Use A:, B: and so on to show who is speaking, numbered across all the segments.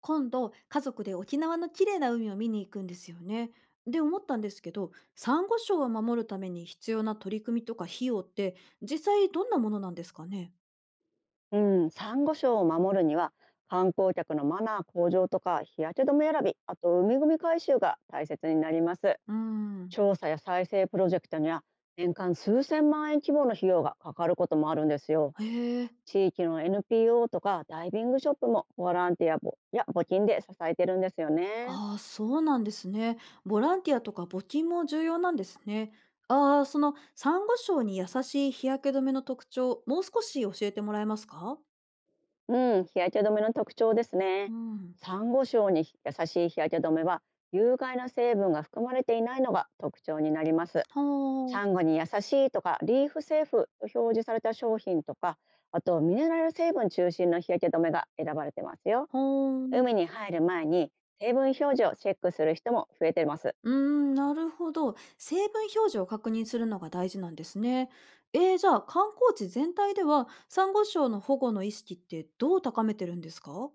A: 今度家族で沖縄の綺麗な海を見に行くんですよね。で思ったんですけどサンゴ礁を守るために必要な取り組みとか費用って実際どんなものなんですかね。
B: うサンゴ礁を守るには、観光客のマナー向上とか日焼け止め選び、あと海組み回収が大切になります。
A: うーん。
B: 調査や再生プロジェクトには、年間数千万円規模の費用がかかることもあるんですよ。
A: へえ。
B: 地域の NPO とかダイビングショップも、ボランティアぼや募金で支えてるんですよね。
A: ああーそうなんですね。ボランティアとか募金も重要なんですね。ああーそのサンゴ礁に優しい日焼け止めの特徴もう少し教えてもらえますか？
B: うん日焼け止めの特徴ですね。
A: うん。
B: サンゴ礁に優しい日焼け止めは、有害な成分が含まれていないのが特徴になります。
A: ほ
B: サン
A: ー
B: ゴに優しいとかリーフセーフと表示された商品とか、あとミネラル成分中心の日焼け止めが選ばれてますよ。
A: ほーん。
B: 海に入る前に、成分表示をチェックする人も増えています。
A: うーん、なるほど。成分表示を確認するのが大事なんですね。じゃあ観光地全体ではサンゴ礁の保護の意識ってどう高めてるんですか？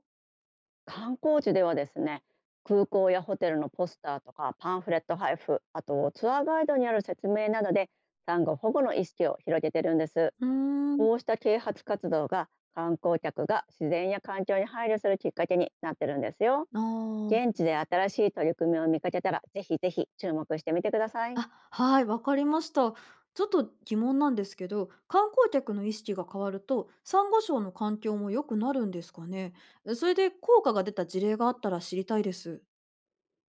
B: 観光地ではですね、空港やホテルのポスターとかパンフレット配布、あとツアーガイドにある説明などで、サンゴ保護の意識を広げてるんです。
A: うーん。
B: こうした啓発活動が、観光客が自然や環境に配慮するきっかけになってるんですよ。
A: あー
B: 現地で新しい取り組みを見かけたら、ぜひぜひ注目してみてください。
A: あ、はい、わかりました。ちょっと疑問なんですけど、観光客の意識が変わると、サンゴ礁の環境も良くなるんですかね。それで効果が出た事例があったら知りたいです。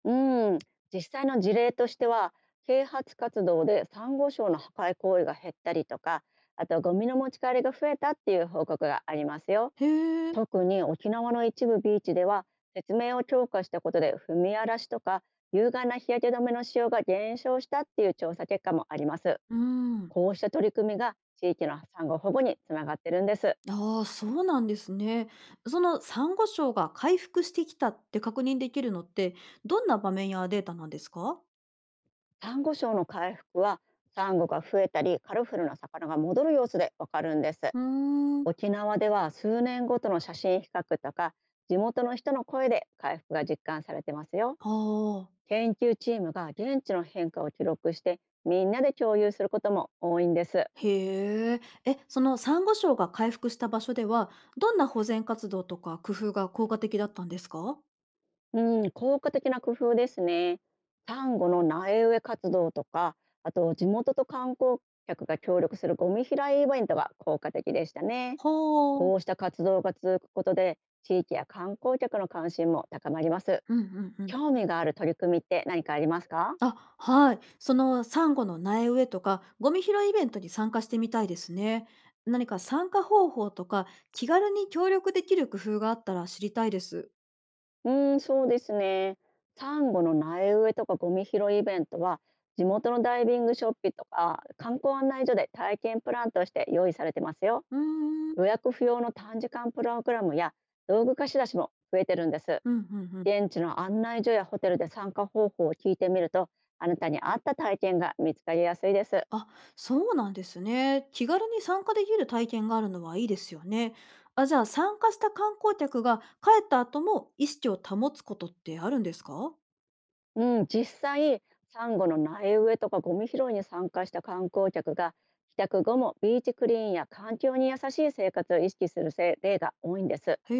B: うん、実際の事例としては、啓発活動でサンゴ礁の破壊行為が減ったりとか、あとゴミの持ち帰りが増えたっていう報告がありますよ。
A: へえ、
B: 特に沖縄の一部ビーチでは、説明を強化したことで踏み荒らしとか、有害な日焼け止めの使用が減少したっていう調査結果もあります。
A: うん。
B: こうした取り組みが地域の産後保護につながってるんです。
A: ああ、そうなんですね。そのサンゴ礁が回復してきたって確認できるのって、どんな場面やデータなんですか？
B: サンゴ礁の回復は、サンゴが増えたりカルフルな魚が戻る様子でわかるんです。
A: うーん、
B: 沖縄では数年ごとの写真比較とか、地元の人の声で回復が実感されてますよ。
A: ああ、
B: 研究チームが現地の変化を記録して、みんなで共有することも多いんです。
A: へえ。え、そのサンゴ礁が回復した場所では、どんな保全活動とか工夫が効果的だったんですか？
B: うん効果的な工夫ですね。サンゴの苗植え活動とか、あと地元と観光客が協力するゴミ拾いイベントが効果的でしたね。
A: ほう。
B: こうした活動が続くことで、地域や観光客の関心も高まります。
A: うんうんうん。
B: 興味がある取り組みって何かありますか？
A: あ、はい。そのサンゴの苗植えとか、ゴミ拾いイベントに参加してみたいですね。何か参加方法とか、気軽に協力できる工夫があったら知りたいです。
B: うーん、そうですね。サンゴの苗植えとかゴミ拾いイベントは、地元のダイビングショップとか観光案内所で体験プランとして用意されてますよ。
A: うーん。
B: 予約不要の短時間プログラムや道具貸し出しも増えてるんです。
A: うん、うんうん。
B: 現地の案内所やホテルで参加方法を聞いてみると、あなたに合った体験が見つかりやすいです。
A: あ、そうなんですね。気軽に参加できる体験があるのはいいですよね。あ、じゃあ参加した観光客が帰った後も意識を保つことってあるんですか？
B: うん、実際、サンゴの苗植えとかゴミ拾いに参加した観光客が、帰宅後もビーチクリーンや環境に優しい生活を意識するせ例が多いんです。
A: へ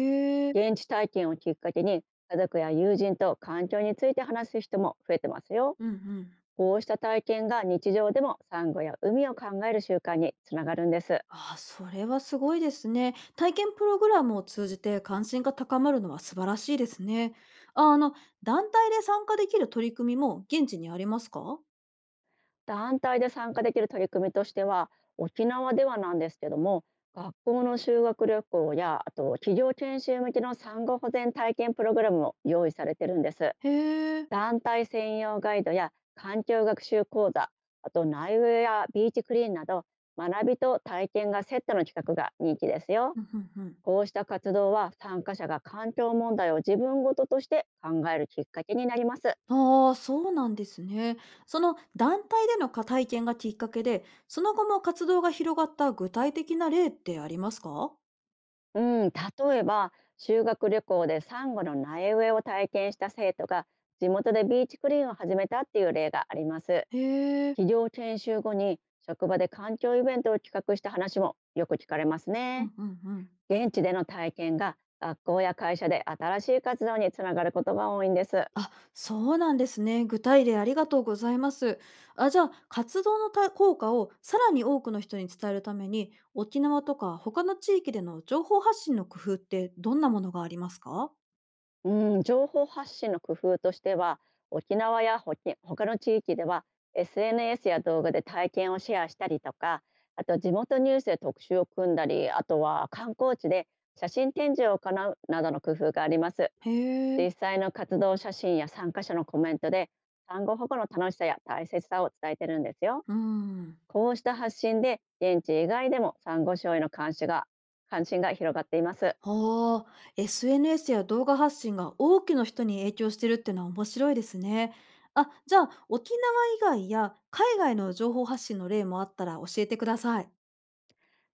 A: え。
B: 現地体験をきっかけに、家族や友人と環境について話す人も増えてますよ。
A: うんうん。
B: こうした体験が日常でもサンゴや海を考える習慣につながるんです。
A: あそれはすごいですね。体験プログラムを通じて関心が高まるのは素晴らしいですね。あ、あの、団体で参加できる取り組みも現地にありますか？
B: 団体で参加できる取り組みとしては、沖縄ではなんですけども、学校の修学旅行や、あと企業研修向けの産後保全体験プログラムも用意されてるんです。
A: へえ。
B: 団体専用ガイドや環境学習講座、あと内ウェアビーチクリーンなど、学びと体験がセットの企画が人気ですよ。
A: うん、うんうん。
B: こうした活動は、参加者が環境問題を自分ごととして考えるきっかけになります。
A: ああ、そうなんですね。その団体での体験がきっかけで、その後も活動が広がった具体的な例ってありますか？
B: うん、例えば、修学旅行でサンゴの苗植えを体験した生徒が、地元でビーチクリーンを始めたっていう例があります。
A: へえ。
B: 企業研修後に、職場で環境イベントを企画した話もよく聞かれます
A: う
B: ね。
A: んうんうん。
B: 現地での体験が学校や会社で新しい活動につながることが多いんです。
A: あ、そうなんですね。具体例ありがとうございます。あ、じゃあ、活動の効果をさらに多くの人に伝えるために、沖縄とか他の地域での情報発信の工夫ってどんなものがありますか？
B: うん、情報発信の工夫としては、沖縄やほき他の地域では SNS や動画で体験をシェアしたりとか、あと地元ニュースで特集を組んだり、あとは観光地で写真展示を行うなどの工夫があります。
A: へえ。
B: 実際の活動写真や参加者のコメントで、産後保護の楽しさや大切さを伝えてるんですよ。
A: うん。
B: こうした発信で現地以外でも産後症への関心が広がっています。
A: はあ、SNS や動画発信が多くの人に影響してるってのは面白いですね。あ、じゃあ沖縄以外や海外の情報発信の例もあったら教えてください。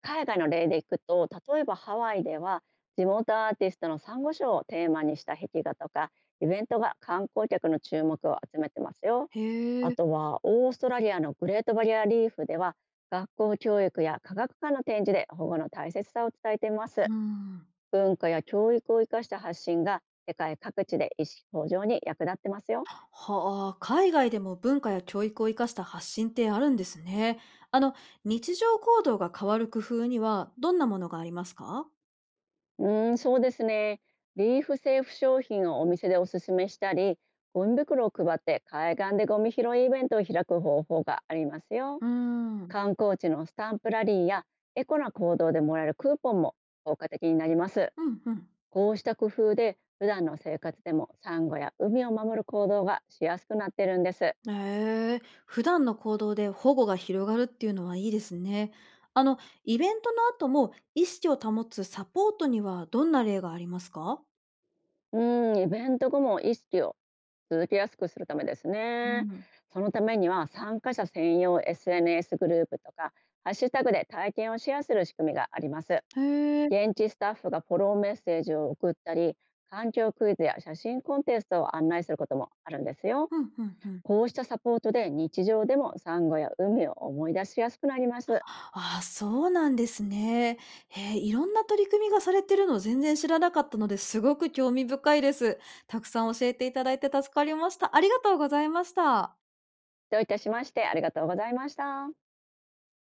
B: 海外の例でいくと、例えばハワイでは、地元アーティストのサンゴ礁をテーマにした壁画とかイベントが観光客の注目を集めてますよ。
A: へ
B: あ
A: え。
B: とはオーストラリアのグレートバリアリーフでは、学校教育や科学館の展示で保護の大切さを伝えています。
A: うん。
B: 文化や教育を生かした発信が世界各地で意識向上に役立ってますよ。
A: はあ、海外でも文化や教育を生かした発信ってあるんですね。あの、日常行動が変わる工夫にはどんなものがありますか？
B: うーん、そうですね。リーフセーフ商品をお店でおすすめしたり、ゴミ袋を配って海岸でゴミ拾いイベントを開く方法がありますよ。
A: うーん。
B: 観光地のスタンプラリーや、エコな行動でもらえるクーポンも効果的になります。
A: うんうん。
B: こうした工夫で普段の生活でもサンゴや海を守る行動がしやすくなってるんです。
A: へえ、普段の行動で保護が広がるっていうのはいいですね。あの、イベントの後も意識を保つサポートにはどんな例がありますか？
B: うーん、イベント後も意識を続けやすくするためです
A: う
B: ね。
A: ん。
B: そのためには、参加者専用 SNS グループとかハッシュタグで体験をシェアする仕組みがあります。
A: へえ。
B: 現地スタッフがフォローメッセージを送ったり、環境クイズや写真コンテストを案内することもあるんですよ。
A: うんうんうん。
B: こうしたサポートで日常でも産後や海を思い出しやすくなります。
A: ああ、そうなんですね。へえ、いろんな取り組みがされてるの全然知らなかったのですごく興味深いです。たくさん教えていただいて助かりました。ありがとうございました。
B: どういたしまして。ありがとうございました。